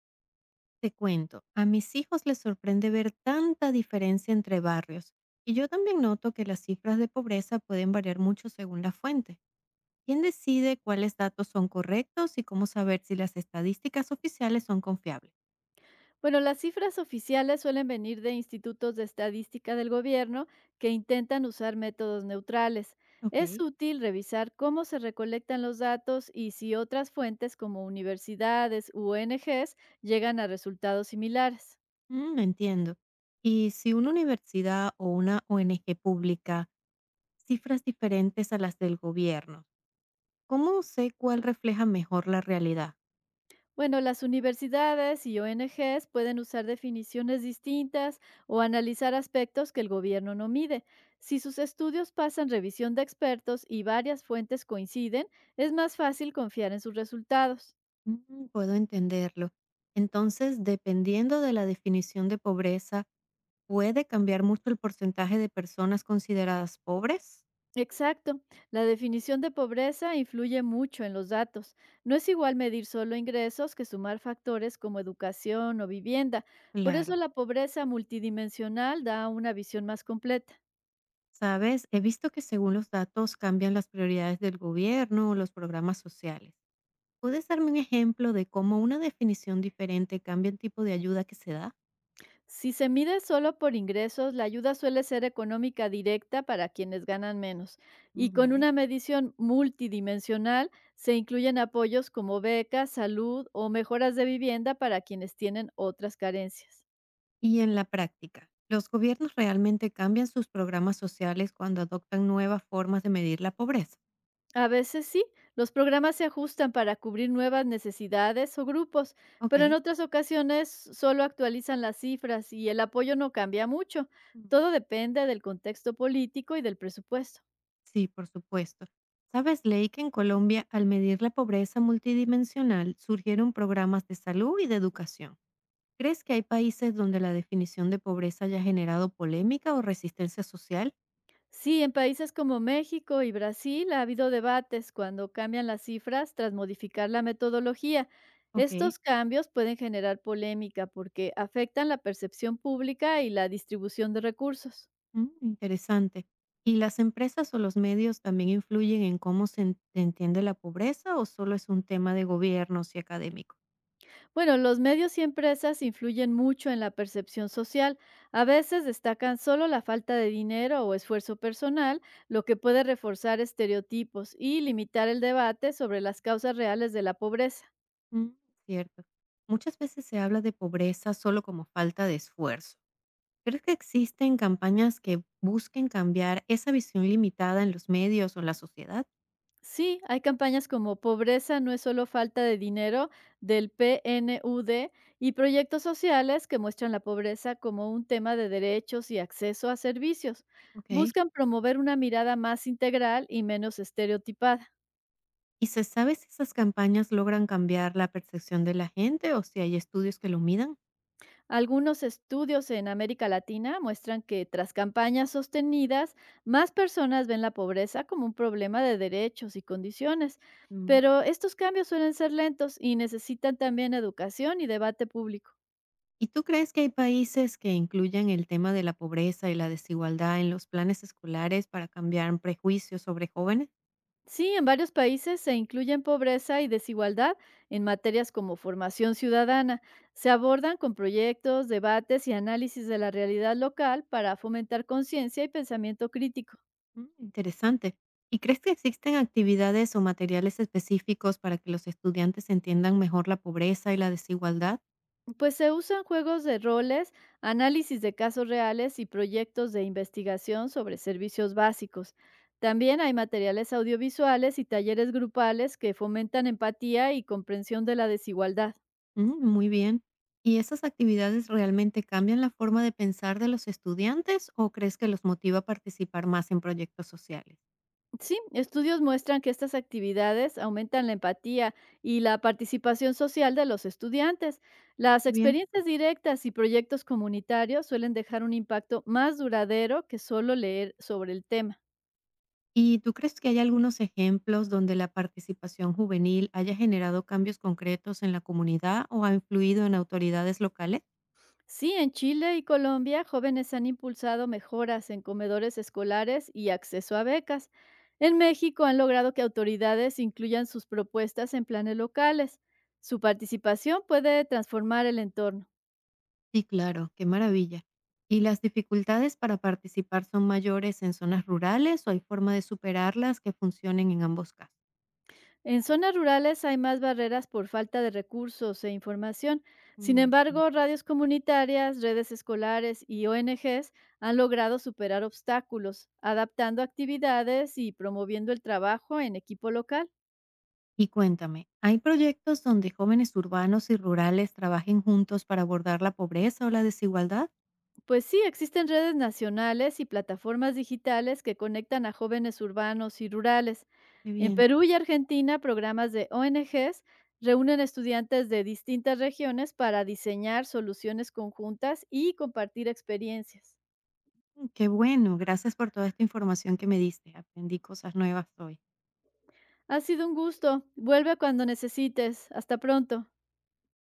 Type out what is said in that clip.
Te cuento, a mis hijos les sorprende ver tanta diferencia entre barrios y yo también noto que las cifras de pobreza pueden variar mucho según la fuente. ¿Quién decide cuáles datos son correctos y cómo saber si las estadísticas oficiales son confiables? Bueno, las cifras oficiales suelen venir de institutos de estadística del gobierno que intentan usar métodos neutrales. Ok. Es útil revisar cómo se recolectan los datos y si otras fuentes como universidades u ONGs llegan a resultados similares. Entiendo. Y si una universidad o una ONG publica cifras diferentes a las del gobierno, ¿cómo sé cuál refleja mejor la realidad? Bueno, las universidades y ONGs pueden usar definiciones distintas o analizar aspectos que el gobierno no mide. Si sus estudios pasan revisión de expertos y varias fuentes coinciden, es más fácil confiar en sus resultados. Mm, puedo entenderlo. Entonces, dependiendo de la definición de pobreza, ¿puede cambiar mucho el porcentaje de personas consideradas pobres? Exacto. La definición de pobreza influye mucho en los datos. No es igual medir solo ingresos que sumar factores como educación o vivienda. Por eso Claro. la pobreza multidimensional da una visión más completa. Sabes, he visto que según los datos cambian las prioridades del gobierno o los programas sociales. ¿Puedes darme un ejemplo de cómo una definición diferente cambia el tipo de ayuda que se da? Si se mide solo por ingresos, la ayuda suele ser económica directa para quienes ganan menos. Y Mm, con vale. una medición multidimensional se incluyen apoyos como becas, salud o mejoras de vivienda para quienes tienen otras carencias. Y en la práctica, ¿los gobiernos realmente cambian sus programas sociales cuando adoptan nuevas formas de medir la pobreza? A veces sí, los programas se ajustan para cubrir nuevas necesidades o grupos, Ok. pero en otras ocasiones solo actualizan las cifras y el apoyo no cambia mucho. Todo depende del contexto político y del presupuesto. Sí, por supuesto. ¿Sabes, Ley, que en Colombia, al medir la pobreza multidimensional, surgieron programas de salud y de educación? ¿Crees que hay países donde la definición de pobreza haya generado polémica o resistencia social? Sí, en países como México y Brasil ha habido debates cuando cambian las cifras tras modificar la metodología. Ok. Estos cambios pueden generar polémica porque afectan la percepción pública y la distribución de recursos. Interesante. ¿Y las empresas o los medios también influyen en cómo se entiende la pobreza o solo es un tema de gobiernos y académicos? Bueno, los medios y empresas influyen mucho en la percepción social. A veces destacan solo la falta de dinero o esfuerzo personal, lo que puede reforzar estereotipos y limitar el debate sobre las causas reales de la pobreza. Mm, cierto. Muchas veces se habla de pobreza solo como falta de esfuerzo. ¿Crees que existen campañas que busquen cambiar esa visión limitada en los medios o la sociedad? Sí, hay campañas como Pobreza no es solo falta de dinero del PNUD y proyectos sociales que muestran la pobreza como un tema de derechos y acceso a servicios. Ok. Buscan promover una mirada más integral y menos estereotipada. ¿Y se sabe si esas campañas logran cambiar la percepción de la gente o si hay estudios que lo midan? Algunos estudios en América Latina muestran que tras campañas sostenidas, más personas ven la pobreza como un problema de derechos y condiciones, Mm. pero estos cambios suelen ser lentos y necesitan también educación y debate público. ¿Y tú crees que hay países que incluyan el tema de la pobreza y la desigualdad en los planes escolares para cambiar prejuicios sobre jóvenes? Sí, en varios países se incluyen pobreza y desigualdad en materias como formación ciudadana. Se abordan con proyectos, debates y análisis de la realidad local para fomentar conciencia y pensamiento crítico. Mm, interesante. ¿Y crees que existen actividades o materiales específicos para que los estudiantes entiendan mejor la pobreza y la desigualdad? Pues se usan juegos de roles, análisis de casos reales y proyectos de investigación sobre servicios básicos. También hay materiales audiovisuales y talleres grupales que fomentan empatía y comprensión de la desigualdad. Mm, muy bien. ¿Y esas actividades realmente cambian la forma de pensar de los estudiantes o crees que los motiva a participar más en proyectos sociales? Sí, estudios muestran que estas actividades aumentan la empatía y la participación social de los estudiantes. Las Muy bien. experiencias directas y proyectos comunitarios suelen dejar un impacto más duradero que solo leer sobre el tema. ¿Y tú crees que hay algunos ejemplos donde la participación juvenil haya generado cambios concretos en la comunidad o ha influido en autoridades locales? Sí, en Chile y Colombia, jóvenes han impulsado mejoras en comedores escolares y acceso a becas. En México han logrado que autoridades incluyan sus propuestas en planes locales. Su participación puede transformar el entorno. Sí, claro, qué maravilla. ¿Y las dificultades para participar son mayores en zonas rurales o hay forma de superarlas que funcionen en ambos casos? En zonas rurales hay más barreras por falta de recursos e información. Sin Mm. embargo, radios comunitarias, redes escolares y ONGs han logrado superar obstáculos, adaptando actividades y promoviendo el trabajo en equipo local. Y cuéntame, ¿hay proyectos donde jóvenes urbanos y rurales trabajen juntos para abordar la pobreza o la desigualdad? Pues sí, existen redes nacionales y plataformas digitales que conectan a jóvenes urbanos y rurales. Qué En bien. Perú y Argentina, programas de ONGs reúnen estudiantes de distintas regiones para diseñar soluciones conjuntas y compartir experiencias. Mm, qué bueno. Gracias por toda esta información que me diste. Aprendí cosas nuevas hoy. Ha sido un gusto. Vuelve cuando necesites. Hasta pronto.